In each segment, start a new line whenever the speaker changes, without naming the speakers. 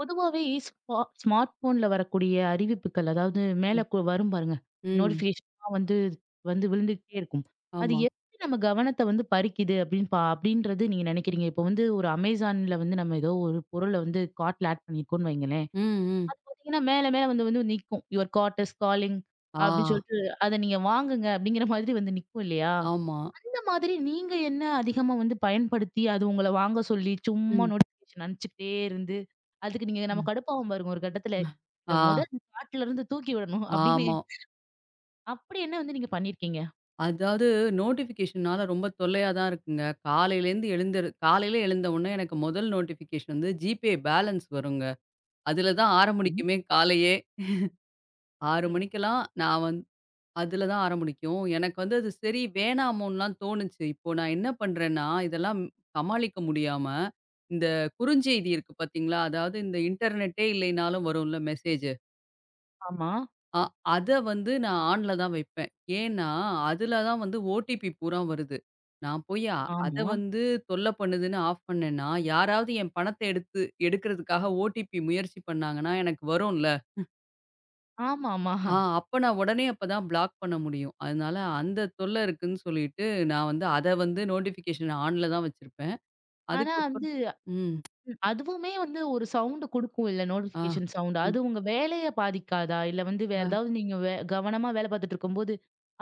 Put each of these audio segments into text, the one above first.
பொதுவாவே ஸ்மார்ட் போன்ல வரக்கூடிய அறிவிப்புகள், அதாவது மேல
ம்.
கு வரும் பாருங்க.
ம்.
நோட்டிஃபிகேஷன்லாம் வந்து வந்து விழுந்துகிட்டே இருக்கும். அது
ஆமா.
எப்படி நம்ம கவனத்த வந்து பறிக்குது அப்படின்னு அப்படின்றது நீங்க நினைக்கிறீங்க? இப்போ வந்து ஒரு Amazonல வந்து நம்ம ஏதோ ஒரு பொருள வந்து கார்ட்ல ஆட் பண்ணியிருக்கோம்ன்னு வைங்களேன்.
ம், ம்.
பார்த்தீங்கன்னா மேல மேல வந்து வந்து நிக்கும். யுவர் கார்ட் இஸ் காலிங்
ஆ,
அப்படின்னு சொல்லிட்டு, அத நீங்க வாங்குங்க அப்படிங்கிற மாதிரி வந்து நிக்கும் இல்லையா?
ஆமா.
இந்த மாதிரி நீங்க என்ன அதிகமா வந்து பயன்படுத்தி, அது உங்கள வாங்க சொல்லி, சும்மா
ம்,
நோட்டிஃபிகேஷன் அனுப்பிச்சுக்கிட்டே இருந்து, அதுக்கு நீங்க நம்ம
ம்,
கடுப்பாவும் பாருங்க ஒரு கட்டத்துல.
ம். ஆ,
இத மொத காட்டுலருந்து தூக்கி விடணும் அப்படின்னு,
ஆமா.
அப்படி என்ன வந்து நீங்க பண்ணியிருக்கீங்க?
அதாவது நோட்டிஃபிகேஷனால ரொம்ப தொல்லையா தான் இருக்குங்க. காலையிலேருந்து காலையில எழுந்த உடனே எனக்கு முதல் நோட்டிஃபிகேஷன் வந்து ஜிபே பேலன்ஸ் வருங்க. அதில தான்
ம்.
ஆரம்பிக்குமே காலையே. 6
ம்.
மணிக்கெல்லாம் நான் வந்து அதில தான் ஆரம்பிக்கும். எனக்கு வந்து அது சரி வேணாமோன்னுலாம் தோணுச்சு. இப்போ நான் என்ன பண்றேன்னா, இதெல்லாம் சமாளிக்க முடியாம, இந்த குறுஞ்செய்தி இருக்கு பார்த்தீங்களா? அதாவது இந்த இன்டர்நெட்டே இல்லைனாலும் வரும்ல மெசேஜ்.
ஆமா,
அ அத வந்து நான் ஆன்ல தான் வைப்பேன். ஏன்னா, அதில தான் வந்து ஓடிபி பூரா வருது. நான் போய் அத
ஆமா.
வந்து தொல்ல பண்ணுதுன்னு ஆஃப் பண்ணேன்னா, யாராவது என் பணத்த எடுத்து எடுக்கிறதுக்காக ஓடிபி முயற்சி பண்ணாங்கன்னா எனக்கு வரும்ல.
ஆமாமா.
ஆ, அப்ப நான் உடனே அப்பதான் பிளாக் பண்ண முடியும். அதனால அந்த தொல்ல இருக்குன்னு சொல்லிட்டு, நான் வந்து அத வந்து நோட்டிஃபிகேஷன் ஆன்ல தான் வச்சிருப்பேன்.
ஆனா
அதுக்கப்புறம்
வந்து
ம்.
அதுவுமே வந்து ஒரு சவுண்ட் குடுக்கும் இல்ல
ஆ.
Notification sound.
ம்.
அது உங்க வேலைய பாதிக்காதா? இல்ல வந்து வேற
ஆ.
ஏதாவது நீங்க கவனமா வேலை பார்த்துட்டு இருக்கும்போது,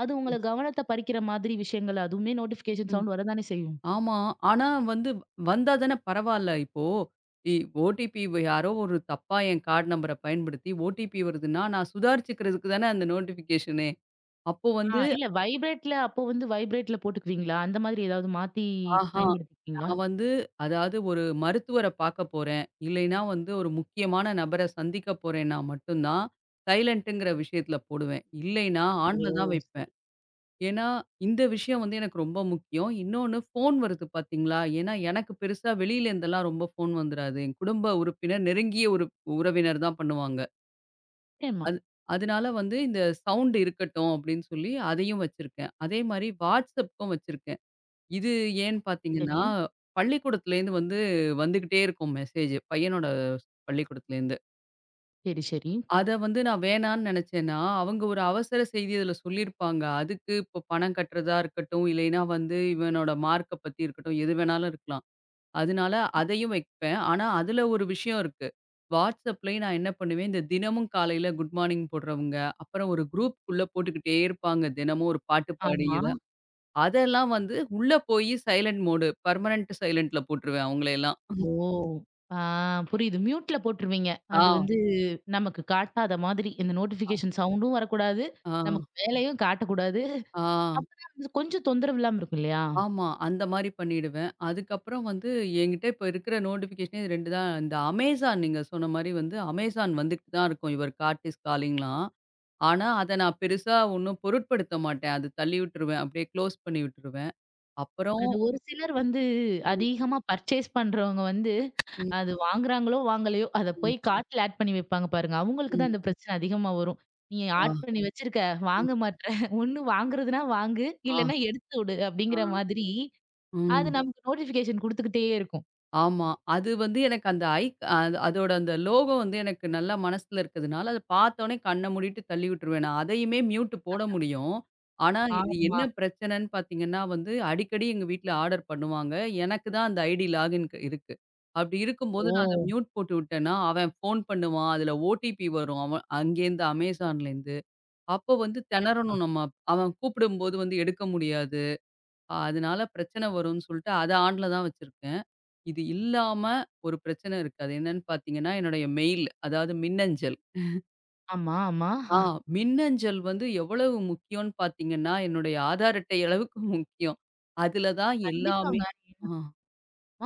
அது உங்கள கவனத்த பறிக்கிற மாதிரி விஷயங்கள் அதுவுமே நோட்டிஃபிகேஷன்
ம்.
சவுண்ட் வரதானே செய்யும்?
ஆமா. ஆனா வந்து வந்தா தானே பரவால்ல. இப்போ இ ஓடிபி யாரோ ஒரு தப்பா என் கார்ட் நம்பர பயன்படுத்தி ஓடிபி வருதுன்னா, நான் சுதாரிச்சுக்கிறதுக்கு தானே அந்த நோட்டிஃபிகேஷனே. அப்போ
ஆ
வந்து
இல்ல வைப்ரேட்ல அப்போ வந்து வைப்ரேட்ல போட்டுக்குவீங்களா? அந்த மாதிரி ஏதாவது மாத்தி
ஆஹா!
பயன்படுத்திருக்கீங்களா?
நான் வந்து அதாவது ஒரு மருத்துவர பாக்க போறேன். இல்லைன்னா வந்து ஒரு முக்கியமான நபர சந்திக்க போறேன்னா மட்டும் தான், சைலன்ட்டுங்கிற விஷயத்துல போடுவேன். இல்லைன்னா
ஓ!
ஆன்ல தான் வைப்பேன்.
சரி.
ஏன்னா, இந்த விஷயம் வந்து எனக்கு ரொம்ப முக்கியம். இன்னொன்னு ஃபோன் வருது பாத்தீங்களா? ஏன்னா எனக்கு பெருசா வெளியில இருந்தெல்லாம் ரொம்ப ஃபோன் வந்துராது. என் குடும்ப உறுப்பினர், நெருங்கிய உறவினர் தான் பண்ணுவாங்க.
நிச்சயமா.
அது, அதனால வந்து இந்த சவுண்ட் இருக்கட்டும் அப்படின்னு சொல்லி அதையும் வச்சிருக்கேன். அதே மாரி WhatsAppக்கும் வச்சிருக்கேன். இது ஏன்னு பார்த்தீங்கன்னா,
சரி,
பள்ளிக்கூடத்துலேருந்து வந்து வந்துகிட்டே இருக்கும் மெசேஜ். பையனோட பள்ளிக்கூடத்துலேருந்து.
சரி, சரி.
அத வந்து நான் வேணான்னு நெனச்சேன்னா, அவங்க ஒரு அவசர செய்தி அதில சொல்லியிருப்பாங்க. அதுக்கு இப்போ பணம் கட்டுறதா இருக்கட்டும், இல்லைன்னா வந்து இவனோட மார்க்க பத்தி இருக்கட்டும், எது வேணாலும் இருக்கலாம். அதனால அதையும் வைப்பேன். ஆனா, அதில ஒரு விஷயம் இருக்கு. WhatsAppலயும் நான் என்ன பண்ணுவேன், இந்த தினமும் காலையில குட் மார்னிங் போடுறவங்க, அப்புறம் ஒரு குரூப்குள்ள போட்டுக்கிட்டே இருப்பாங்க. தினமும் ஒரு பாட்டு பாடி
ஆமா.
ஏதாவது அதெல்லாம் வந்து உள்ள போயி சைலன்ட் மோடு. பெர்மனன்ட் சைலன்ட்ல போட்டுருவேன் அவங்களையெல்லாம்.
ஓ! ஆ புரியுது. மியூட்ல போட்டுருவீங்க.
ஆ,
அது வந்து நமக்கு காட்டாத மாதிரி. இந்த நோட்டிஃபிகேஷன் சவுண்டும் வரக்கூடாது.
ஆ,
நமக்கு வேலையும் காட்டக்கூடாது.
ஆ,
அப்பதான் வந்து கொஞ்சம் தொந்தரவு இல்லாம இருக்கும் இல்லையா?
ஆமா. அந்த மாரி பண்ணிடுவேன். அதுக்கப்புறம் வந்து என்கிட்ட இப்ப இருக்கிற நோட்டிஃபிகேஷனே இது 2 தான். இந்த Amazon நீங்க சொன்ன மாரி வந்து Amazon வந்துகிட்டு தான் இருக்கும். இவர் காட் இஸ் காலிங்லாம். ஆனா, அத நான் பெருசா ஒண்ணும் பொருட்படுத்த மாட்டேன். அது தள்ளி விட்டுருவேன். அப்படியே க்ளோஸ் பண்ணி விட்டுருவேன். அப்புறம்
அது ஒரு சிலர் வந்து
ம்,
அதிகமா பர்ச்சேஸ் பண்றவங்க வந்து
ம்,
அது வாங்குறாங்களோ, வாங்கலையோ, அத
ம்,
போய் கார்ட்ல ஆட் பண்ணி வைப்பாங்க பாருங்க. அவங்களுக்கு
ம்.
தான் அந்த பிரச்சனை அதிகமா வரும். "நீ
ஆ,
ஆட் பண்ணி வச்சிருக்க,
ம்,
வாங்க மாட்ற. ஒண்ணு வாங்குறதுனா வாங்கு,
ஆ,
இல்லன்னா எடுத்து விடு"
ஆ,
அப்படிங்கிற மாதிரி, அது
ம்.
நமக்கு நோட்டிஃபிகேஷன் குடுத்துக்கிட்டே இருக்கும்.
ஆமா. அது வந்து எனக்கு அந்த ஐக் அது அதோட அந்த லோகோ வந்து எனக்கு நல்லா மனசுல இருக்கிறதுனால, அத பார்த்தோனே கண்ண மூடிட்டு தள்ளி விட்டுருவேன் நான். அதையுமே மியூட் போட முடியும். ஆனா, இது
ஆமா.
என்ன பிரச்சனன்னு பார்த்தீங்கன்னா வந்து, அடிக்கடி எங்க வீட்ல ஆர்டர் பண்ணுவாங்க. எனக்கு தான் அந்த ஐடி லாகின் க இருக்கு. அப்படி இருக்கும்போது ம்.
ஓ!
நான் அத மியூட் போட்டு விட்டேன்னா, அவன் ஃபோன் பண்ணுவான். அதுல ஓடிபி வரும். அவன் அங்கேருந்து அமேசான்லேருந்து. அப்போ வந்து
கண்டிப்பா.
திணறணும் நம்ம. அவன் கூப்பிடும்போது வந்து எடுக்க முடியாது. அதனால பிரச்சன வரும்னு சொல்லிட்டு, அத ஆன்ல தான் வச்சிருக்கேன். இது இல்லாம ஒரு பிரச்சனை இருக்கு. அது என்னன்னு பார்த்தீங்கன்னா, என்னுடைய மெயில் அதாவது மின்னஞ்சல்.
ஆமா, ஆமா.
ஆ, மின்னஞ்சல் வந்து எவ்வளவு முக்கியம்னு பார்த்தீங்கன்னா, என்னுடைய ஆதார் அட்டை அளவுக்கு முக்கியம். அதுல தான் எல்லாமே
கண்டிப்பாங்க.
ஆ,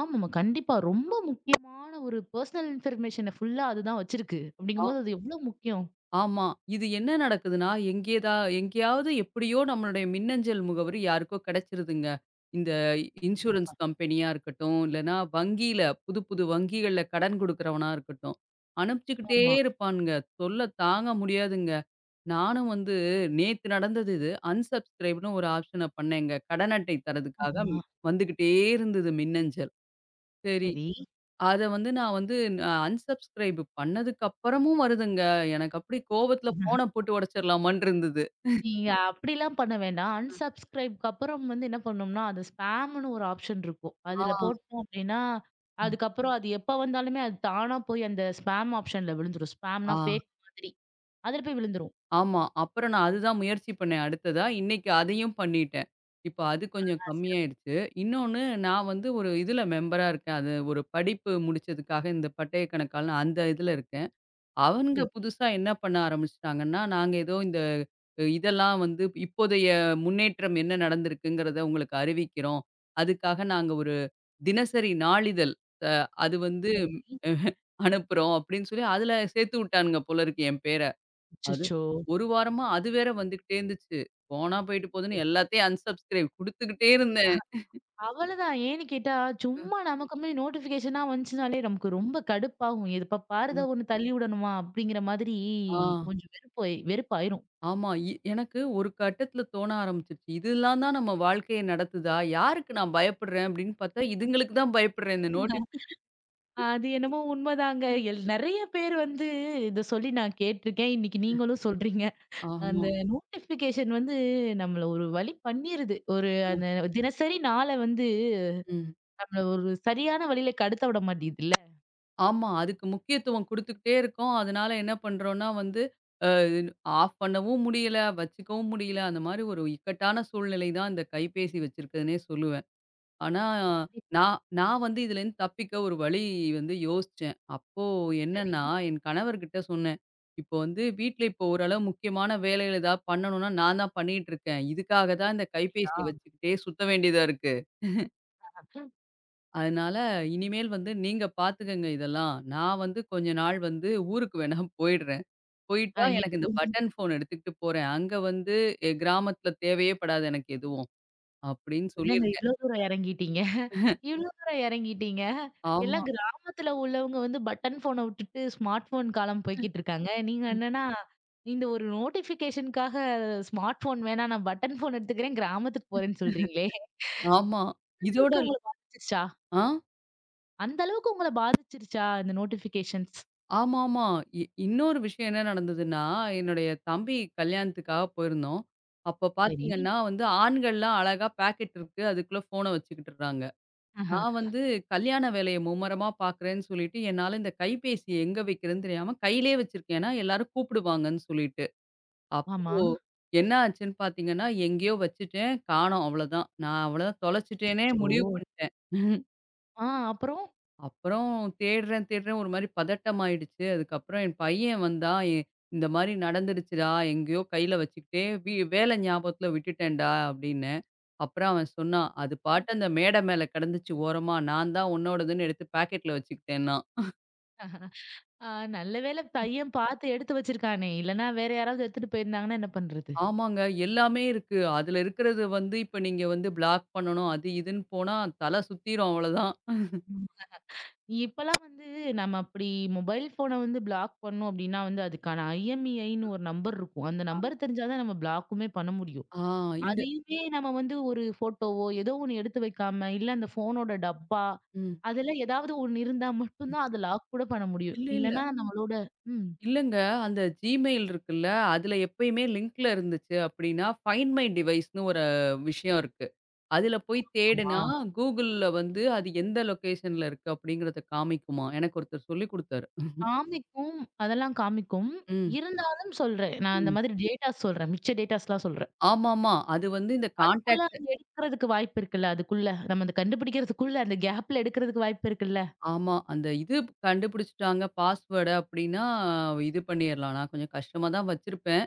ஆமாமா. கண்டிப்பா. ரொம்ப முக்கியமான ஒரு பெர்சனல் இன்ஃபர்மேஷன ஃபுல்லா அதுதான் வச்சிருக்கு.
ஆ,
அப்படிங்கும்போது அது எவ்ளோ முக்கியம்.
ஆமா. இது என்ன நடக்குதுன்னா, எங்கேயாவது எப்படியோ நம்மளுடைய மின்னஞ்சல் முகவரி யாருக்கோ கிடைச்சிருதுங்க. இந்த இன்சூரன்ஸ்
கண்டிப்பா.
கம்பெனியா இருக்கட்டும், இல்லன்னா வங்கியில புது புது வங்கிகள்ல கடன் குடுக்குறவனா இருக்கட்டும். அனுப்பிச்சுக்கிட்டே
ஆமா,
இருப்பானுங்க. தொல்ல தாங்க முடியாதுங்க. நானும் வந்து நேத்து நடந்தது இது. அன்சப்ஸ்கிரைப்னு ஒரு ஆப்ஷன பண்ணேங்க. கடன் அட்டை தர்றதுக்காக
ஆமா.
வந்துகிட்டே இருந்தது மின்னஞ்சல். சரி,
சரி.
அத வந்து நான் வந்து அன்சப்ஸ்கிரைப் பண்ணதுக்கு அப்புறமும் வருதுங்க. எனக்கு அப்படி கோவத்துல ஃபோன போட்டு உடைச்சிரலாமான்னு இருந்தது.
நீங்க அப்படிலாம் பண்ண வேண்டாம். அன்சப்ஸ்கிரைப்க்கு அப்புறம் வந்து என்ன பண்ணோம்னா, அது ஸ்பேம்ன்னு ஒரு ஆப்ஷன் இருக்கும்.
ஆ,
அதுல போட்டோம் அப்படின்னா,
ம்.
அதுக்கப்புறம் அது எப்ப வந்தாலுமே அது தானா போய் அந்த ஸ்பேம் ஆப்ஷன்ல விழுந்துரும்.
ஆ,
ஸ்பேம்னா ஃபேக் மாதிரி. அதுல போய் விழுந்துரும்.
ஆமா. அப்புறம் நான் அதுதான் முயற்சி பண்ணேன் அடுத்ததா. இன்னைக்கு அதையும் பண்ணிட்டேன். இப்ப அது கொஞ்சம்
ஆ, சிறப்பு.
கம்மியாயிருச்சு. இன்னொன்னு நான் வந்து ஒரு இதுல மெம்பரா இருக்கேன். அது ஒரு படிப்பு முடிச்சதுக்காக இந்த பட்டய கணக்காளன்னு அந்த இதுல இருக்கேன். அவங்க
சரி.
புதுசா என்ன பண்ண ஆரம்பிச்சுட்டாங்கன்னா, நாங்க ஏதோ இந்த இதெல்லாம் வந்து இப்போதைய முன்னேற்றம் என்ன நடந்திருக்குங்கிறத உங்களுக்கு அறிவிக்கிறோம். அதுக்காக நாங்க ஒரு தினசரி நாளிதழ் அ அது வந்து அஹ், அனுப்புறோம் அப்படின்னு சொல்லி அதுல சேர்த்து விட்டானுங்க போல இருக்கு என் பேர. அது
அச்சச்சோ!
ஒரு வாரமா அது வேற வந்துகிட்டே இருந்துச்சு. போனா போயிட்டு போதுன்னு எல்லாத்தையும் அன்சப்ஸ்கிரைப் குடுத்துக்கிட்டே இருந்தேன்.
அவ்வளதான். ஏன்னு கேட்டா, சும்மா நமக்குமே நோட்டிஃபிகேஷனா வந்துச்சுனாலே நமக்கு ரொம்ப கடுப்பாகும். எப்ப பாரு
அ.
ஏதோ ஒண்ணு தள்ளி விடணுமா அப்படிங்கிற மாதிரி
ஆ.
கொஞ்சம் வெறுப்பு வெறுப்பாயிரும்.
ஆமா. எனக்கு ஒரு கட்டத்தில தோண ஆரம்பிச்சுருச்சு. இதெல்லாம் தான் நம்ம வாழ்க்கைய நடத்துதா? யாருக்கு நான் பயப்படுறேன் அப்படின்னு பார்த்தா, இதுங்களுக்கு தான் பயப்படுறேன். இந்த நோட்டிஃபிகேஷன்.
அது என்னமோ உண்மைதாங்க. எல் நெறைய பேர் வந்து இத சொல்லி நான் கேட்டுருக்கேன். இன்னைக்கு நீங்களும் சொல்றீங்க.
ஆமா.
அந்த நோட்டிஃபிகேஷன் வந்து நம்மள ஒரு வழி பண்ணிருது. ஒரு அந்த
அ
தினசரி நாள வந்து
ம்.
நம்மள ஒரு சரியான வழியில கடத்த விட மாட்டேங்குதுல்ல.
ஆமா. அதுக்கு முக்கியத்துவம் குடுத்துக்கிட்டே இருக்கோம். அதனால என்ன பண்றோம்னா வந்து, அ ஆஃப் பண்ணவும் முடியல, வச்சுக்கவும் முடியல. அந்த மாரி ஒரு இக்கட்டான சூழ்நிலை தான் இந்த கைபேசி வச்சிருக்குதுன்னே சொல்லுவேன். ஆனா, நான் நான் வந்து இதுலேருந்து தப்பிக்க ஒரு வழி வந்து யோசிச்சேன். அப்போ என்னன்னா,
சரி.
என் கணவர்கிட்ட சொன்னேன். இப்போ வந்து வீட்ல இப்போ ஓரளவு முக்கியமான வேலைகள் ஏதாவது பண்ணணும்னா, நான் தான் பண்ணிட்டுருக்கேன். இதுக்காக தான் இந்த கைபேசிய வச்சுக்கிட்டே சுத்த வேண்டியதா இருக்கு. அதனால இனிமேல் வந்து நீங்க பார்த்துக்கங்க இதெல்லாம். நான் வந்து கொஞ்ச நாள் வந்து ஊருக்கு வேணா போயிடுறேன். போயிட்டா எனக்கு இந்த
அய்யய்யோ!
பட்டன் ஃபோன் எடுத்துக்கிட்டு போறேன். அங்க வந்து கிராமத்தில தேவையே படாது எனக்கு எதுவும். அப்படின்னு
என்னங்க
சொல்லியிருக்கேன்.
இவ்ளோ தூரம் இறங்கிட்டீங்க இவ்ளோ தூரம் இறங்கிட்டீங்க.
ஆமா,
எல்லாம் கிராமத்துல உள்ளவங்க வந்து பட்டன் ஃபோன விட்டுட்டு ஸ்மார்ட் ஃபோன் காலம் போய்க்கிட்டு இருக்காங்க. நீங்க என்னன்னா, இந்த ஒரு நோட்டிஃபிகேஷனுக்காக ஸ்மார்ட் ஃபோன் வேணாம் நான் பட்டன் ஃபோன் எடுத்துக்கிறேன் கிராமத்துக்கு போறேன்னு சொல்றீங்களே!
ஆமா.
அந்த
இதோட
அளவுக்கு உங்கள பாதிச்சிருச்சா?
ஆ.
அந்த அளவுக்கு உங்கள பாதிச்சிருச்சா இந்த நோட்டிஃபிகேஷன்ஸ்?
ஆமாமா. இன்னொரு விஷயம் என்ன நடந்ததுன்னா, என்னுடைய தம்பி கல்யாணத்துக்காக போயிருந்தோம். அப்ப
சரி.
பாத்தீங்கன்னா வந்து, ஆண்கள்லாம் அழகா பாக்கெட் இருக்கு. அதுக்குள்ள ஃபோன வச்சுக்கிட்டுறாங்க.
ஆஹ.
நான் வந்து கல்யாண வேலைய மும்மரமா பாக்குறேன்னு சொல்லிட்டு, என்னால இந்த கைபேசிய எங்க வைக்கிறதுன்னு தெரியாம கையிலயே வச்சிருக்கேன். ஏன்னா, எல்லாரும் கூப்பிடுவாங்கன்னு சொல்லிட்டு. அப்போ
ஆமா.
என்ன ஆச்சுன்னு பாத்தீங்கன்னா, எங்கேயோ வச்சுட்டேன். காணோம் அவ்வளோதான். நான் அவ்வளோதான் தொலைச்சுட்டேனே
அச்சோ!
முடிவு பண்ணிட்டேன்.
ஆ அப்புறம்?
அப்புறம் தேடுறேன், தேடுறேன் ஒரு மாரி பதட்டமாயிடுச்சு. அதுக்கப்புறம் என் பையன் வந்தான். இந்த மாரி நடந்துடுச்சுடா, எங்கேயோ கையில வச்சுக்கிட்டே வேல ஞாபகத்துல விட்டுட்டேன்டா அப்டின்னேன். அப்புறம் அவன் சொன்னான், அது பாட்டு அந்த மேடை மேல கிடந்துச்சு ஓரமா. நான் தான் உன்னோடதுன்னு எடுத்து பாக்கெட்ல வச்சுக்கிட்டேன்னான்.
ஆ நல்ல வேளை பையன் பார்த்து எடுத்து வச்சிருக்கானே! இல்லன்னா வேற யாராவது எடுத்துட்டு போயிருந்தாங்கன்னா என்ன பண்றது?
ஆமாங்க. எல்லாமே இருக்கு. அதுல இருக்கிறது வந்து இப்ப நீங்க வந்து பிளாக் பண்ணணும். அது இதுன்னு போனா தல சுத்திரும் அவ்வளோதான்.
இப்பலாம் வந்து நம்ம அப்படி மொபைல் ஃபோன வந்து பிளாக் பண்ணோம் அப்படின்னா வந்து அதுக்கான ஐஎம்இஐன்னு ஒரு நம்பர் இருக்கும். அந்த நம்பர் தெரிஞ்சா தான் நம்ம பிளாக்குமே பண்ண முடியும்.
ஆ. இந்த
அதையுமே நம்ம வந்து ஒரு ஃபோட்டோவோ, ஏதோ ஒண்ணு எடுத்து வைக்காம, இல்ல அந்த ஃபோனோட டப்பா,
ம்.
அதுல ஏதாவது ஒண்ணு இருந்தா மட்டும் தான் அத லாக் கூட பண்ண முடியும்.
இல்ல, இல்ல.
இல்லன்னா நம்மளோட ம்.
இல்லங்க. அந்த Gmail இருக்குல்ல, அதுல எப்பயுமே லிங்க்ல இருந்துச்சு அப்டின்னா, ஃபைண்ட் மை டிவைஸ்ன்னு ஒரு விஷயம் இருக்கு. அதுல போய்
ஆமா.
தேடுனா, Googleல வந்து அது எந்த லொகேஷன்ல இருக்கு அப்டிங்கிறத காமிக்குமாம். எனக்கு ஒருத்தர் சொல்லிக் குடுத்தாரு.
காமிக்கும். அதெல்லாம் காமிக்கும்.
ம்.
இருந்தாலும் சொல்றேன். நான் அந்த
ம்.
மாதிரி டேட்டாஸ் சொல்றேன். மிச்ச டேட்டாஸ்லாம் சொல்றேன்.
ஆமாமா. அது வந்து இந்த
அதுக்குள்ள
கான்டாக்ட்
அங்க எடுக்கிறதுக்கு வாய்ப்பு இருக்குல்ல. அதுக்குள்ள. நம்ம அந்த கண்டுபிடிக்கிறதுக்குள்ள அந்த கேப்ல எடுக்கிறதுக்கு வாய்ப்பு இருக்குல்ல.
ஆமா. அந்த இது கண்டுபிடிச்சுட்டாங்க பாஸ்வேர்ட அப்டின்னா, இது பண்ணிறலாம். நான் கொஞ்சம் கஷ்டமா தான் வச்சிருப்பேன்.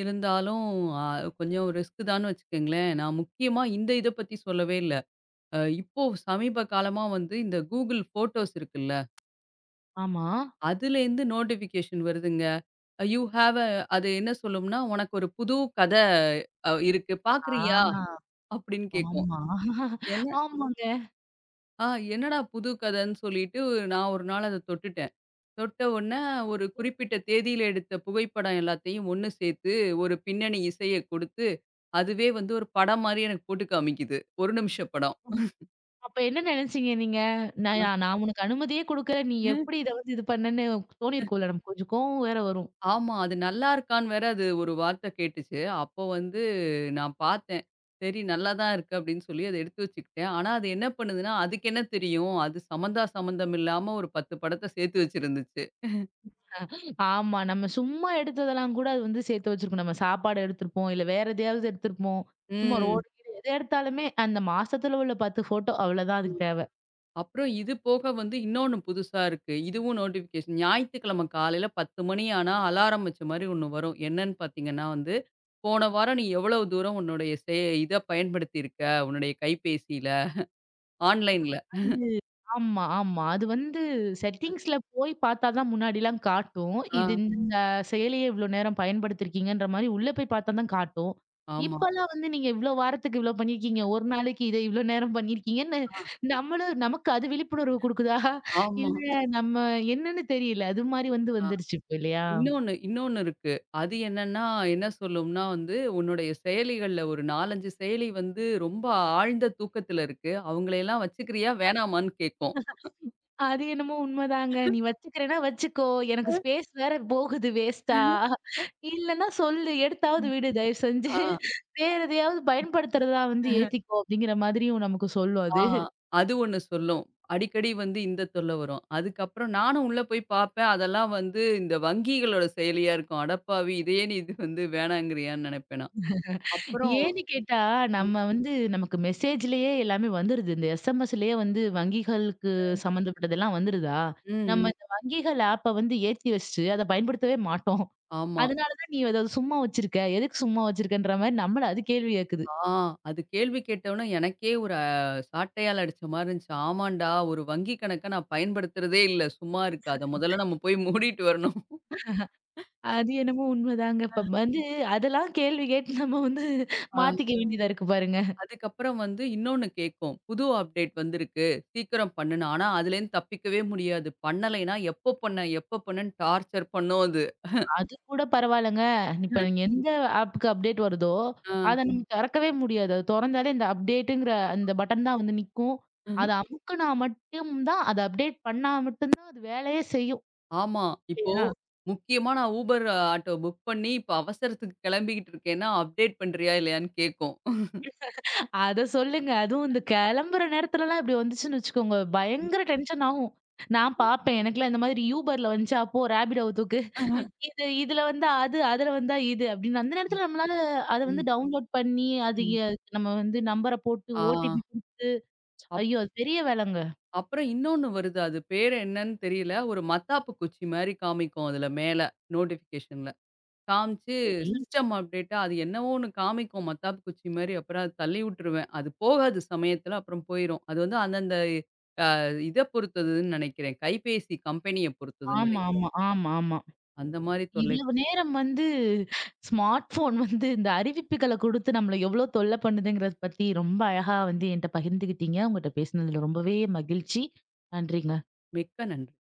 இருந்தாலும் அ கொஞ்சம் ரிஸ்க் தான்னு வச்சுக்கங்களேன். நான் முக்கியமா இந்த இத பத்தி சொல்லவே இல்ல. இப்போ சமீப காலமா வந்து இந்த Google ஃபோட்டோஸ் இருக்குல்ல,
ஆமா.
அதுலேருந்து நோட்டிஃபிகேஷன் வருதுங்க. யூ ஹேவ் அது என்ன சொல்லும்னா, "உனக்கு ஒரு புது கதை இருக்கு.
ஆ.
பார்க்குறியா?" அப்படின்னு கேட்கும்.
ஆமா.
என்ன
ஆமாங்க.
ஆ என்னடா புது கதைன்னு சொல்லிட்டு நான் ஒரு நாள் அத தொட்டுட்டேன். தொட்ட உடனே ஒரு குறிப்பிட்ட தேதியில எடுத்த புகைப்படம் எல்லாத்தையும் ஒண்ணு சேர்த்து, ஒரு பின்னணி இசைய குடுத்து, அதுவே வந்து ஒரு படம் மாரி எனக்கு போட்டு காமிக்குது. 1 நிமிஷ
அப்ப என்ன நினைச்சீங்க நீங்க? நான்
படம்.
நான் உனக்கு அனுமதியே குடுக்கல. நீ எப்படி இத வந்து இது பண்ணன்னு தோணியிருக்கும்ல. நமக்கு கொஞ்சம் கோவம் வேற வரும்.
ஆமா. அது நல்லா இருக்கான்னு வேற அது ஒரு வார்த்தை கேட்டுச்சு. அப்போ வந்து நான் பார்த்தேன். சரி நல்லா தான் இருக்கு அப்படின்னு சொல்லி அத எடுத்து வச்சுக்கிட்டேன். ஆனா அது என்ன பண்ணுதுன்னா, அதுக்கு என்ன தெரியும்? அது சம்மந்தம் இல்லாம ஒரு 10 படத்த சேர்த்து வச்சிருந்துச்சு.
ஆமா. நம்ம சும்மா எடுத்ததெல்லாம் கூட அது வந்து சேர்த்து வச்சிருக்கும். நம்ம சாப்பாடு எடுத்திருப்போம். இல்ல வேற எதையாவது எடுத்திருப்போம். சும்மா
ம்.
ரோடு கீடு எத எடுத்தாலுமே அந்த மாசத்துல உள்ள 10 ஃபோட்டோ அவ்வளோதான் அதுக்கு தேவை.
அப்புறம் இது போக வந்து இன்னொன்னு புதுசா இருக்கு. இதுவும் நோட்டிஃபிகேஷன். ஞாயித்துக்கிழமை காலையில 10 மணி ஆனா அலாரம் வச்ச மாரி ஒண்ணு வரும். என்னன்னு பார்த்தீங்கன்னா வந்து, "போன வாரம் நீ எவ்வளவு தூரம் உன்னுடைய இத பயன்படுத்தியிருக்க, உன்னுடைய கைபேசியில, ஆன்லைன்ல."
அது ஆமா, ஆமா. அது வந்து செட்டிங்ஸ்ல போய் பார்த்தா தான் முன்னாடிலாம் காட்டும்.
ஆ.
இது இந்த ம். செயலிய இவ்ளோ நேரம் பயன்படுத்தியிருக்கீங்கன்ற மாரி உள்ள போய் பார்த்தா தான் காட்டும்.
ஆமா.
இப்பலாம் வந்து நீங்க இவ்ளோ வாரத்துக்கு இவ்ளோ பண்ணியிருக்கீங்க. ஒரு நாளைக்கு இத இவ்ளோ நேரம் பண்ணியிருக்கீங்கன்னு
ஆ.
நம்மளும் நமக்கு அது விழிப்புணர்வு குடுக்குதா?
ஆமா.
இல்ல நம்ம என்னன்னு தெரியல. அது மாரி வந்து
அ
வந்துருச்சு இப்ப இல்லையா?
இன்னொன்னு இன்னொன்னு இருக்கு. அது என்னன்னா, என்ன சொல்லும்னா வந்து, உன்னுடைய செயலிகள்ல ஒரு 4, 5 செயலி வந்து ரொம்ப ஆழ்ந்த தூக்கத்துல இருக்கு. அவங்களையெல்லாம் வச்சுக்கிறியா? வேணாமான்னு கேட்கும்.
அது என்னமோ உண்மதாங்க. நீ வச்சுக்கிறேன்னா வச்சுக்கோ. எனக்கு ஸ்பேஸ் வேற போகுது வேஸ்ட்டா. இல்லன்னா சொல்லு. எடுத்தாவது விடு தயவு செஞ்சு.
ஆ,
வேற எதையாவது பயன்படுத்துறதா வந்து ஏத்திக்கோ அப்படிங்கிற மாதிரியும் நமக்கு சொல்லும்
ஆ
அது.
அது ஒண்ணு சொல்லும். அடிக்கடி வந்து இந்த தொல்ல வரும். அதுக்கப்புறம் நானும் உள்ள போய் பார்ப்பேன். அதெல்லாம் வந்து இந்த வங்கிகளோட செயலியா இருக்கும். அடப்பாவி! இதையே நீ இது வந்து வேணாங்கிறியான்னு நெனைப்பேன் நான். அப்புறம்
ஏன்னு கேட்டா,
ம்,
நம்ம வந்து நமக்கு மெசேஜ்லயே எல்லாமே வந்துருது. இந்த எஸ்எம்எஸ்லயே வந்து வங்கிகளுக்கு சம்மந்தப்பட்டதெல்லாம் வந்துருதா?
ம்.
நம்ம இந்த வங்கிகள் ஆப்ப வந்து ஏத்தி வச்சுட்டு அத பயன்படுத்தவே மாட்டோம்.
ஆமா.
அதனால தான் நீ அத சும்மா வச்சிருக்க. எதுக்கு சும்மா வச்சிருக்கன்ற மாரி நம்மள அது கேள்வி கேக்குது.
ஆ, அது கேள்வி கேட்டவுனே எனக்கே ஒரு சாட்டையால அடிச்ச மாரி இருந்துச்சு. ஆமான்டா, ஒரு வங்கி கணக்க நான் பயன்படுத்துறதே இல்ல. சும்மா இருக்கு. அத முதல்ல நம்ம போய் மூடிட்டு வரணும்.
அது என்னமோ உண்மைதாங்க. இப்ப வந்து அதெல்லாம் கேள்வி கேட்டு நம்ம வந்து
ஆ.
மாத்திக்க வேண்டியதா இருக்கு பாருங்க.
அதுக்கப்புறம் வந்து இன்னொன்னு கேட்கும். புது அப்டேட் வந்திருக்கு. சீக்கிரம் பண்ணுன்னு. ஆனா, அதுலேருந்து தப்பிக்கவே முடியாது. பண்ணலைன்னா எப்போ பண்ண? எப்போ பண்ணன்னு டார்ச்சர் பண்ணும் அது.
அது கூட பரவாயில்லங்க. இப்ப நீங்க எந்த ஆப்க்கு அப்டேட் வருதோ,
ஆ.
அத நம்ம திறக்கவே முடியாது. அது தொறந்தாலே இந்த அப்டேட்டுங்கிற அந்த பட்டன் தான் வந்து நிக்கும். அத அமுக்குனா மட்டும் தான் அது அப்டேட் பண்ணா மட்டும் தான் அது வேலையே செய்யும்.
ஆமா. இப்போ
இல்லையா?
முக்கியமா நான் Uber ஆட்டோ புக் பண்ணி இப்ப அவசரத்துக்கு கிளம்பிக்கிட்டு இருக்கேன்னா, அப்டேட் பண்றியா? இல்லையான்னு கேட்கும்.
அத சொல்லுங்க. அதுவும் இந்த கிளம்புற நேரத்துலலாம் இப்படி வந்துச்சுன்னு வச்சுக்கோங்க, பயங்கர டென்ஷன் ஆகும். நான் பாப்பேன். எனக்கெல்லாம் இந்த மாதிரி Uberல வந்துச்சா, அப்போ Rapidoவ தூக்கு. இது இதுல வந்தா அது, அதுல வந்தா இது அப்படின்னு அந்த நேரத்துல நம்மளால அத
ம்.
வந்து
ம்.
டவுன்லோட் பண்ணி, அது
ம்.
எ நம்ம வந்து நம்பர போட்டு ஓடிபி குடுத்து
ஆ.
ஐயோ! அது பெரிய வேலைங்க.
அப்புறம் இன்னொன்னு வருது. அது பேரு என்னன்னு தெரியல. ஒரு மத்தாப்பு குச்சி மாரி காமிக்கும் அதுல மேல நோட்டிஃபிகேஷன்ல. காமிச்சு
சரி.
சிஸ்டம் அப்டேட்டா அது என்னவோ ஒண்ணு காமிக்கும் மத்தாப்பு குச்சி மாரி. அப்புறம் அத தள்ளி விட்டுருவேன். அது போகாது சமயத்துல அப்புறம் போயிரும். அது வந்து அந்தந்த அ இத பொறுத்ததுன்னு நெனைக்கிறேன். கைபேசி கம்பெனிய பொறுத்ததுன்னு
ஆமா,
நெனைக்கிறேன்.
ஆமா, ஆமா, ஆமா.
அந்த மாரி
இவ்வளவு
தொல்லைகள்.
நேரம் வந்து ஸ்மார்ட் போன் வந்து இந்த அறிவிப்புகள குடுத்து நம்மள எவ்ளோ தொல்ல பண்ணுதுங்கிறத பத்தி ரொம்ப அழகா வந்து என்ட்ட பகிர்ந்துக்கிட்டீங்க. உங்கட்ட பேசினதுல ரொம்பவே மகிழ்ச்சி. நன்றிங்க.
மிக்க நன்றி.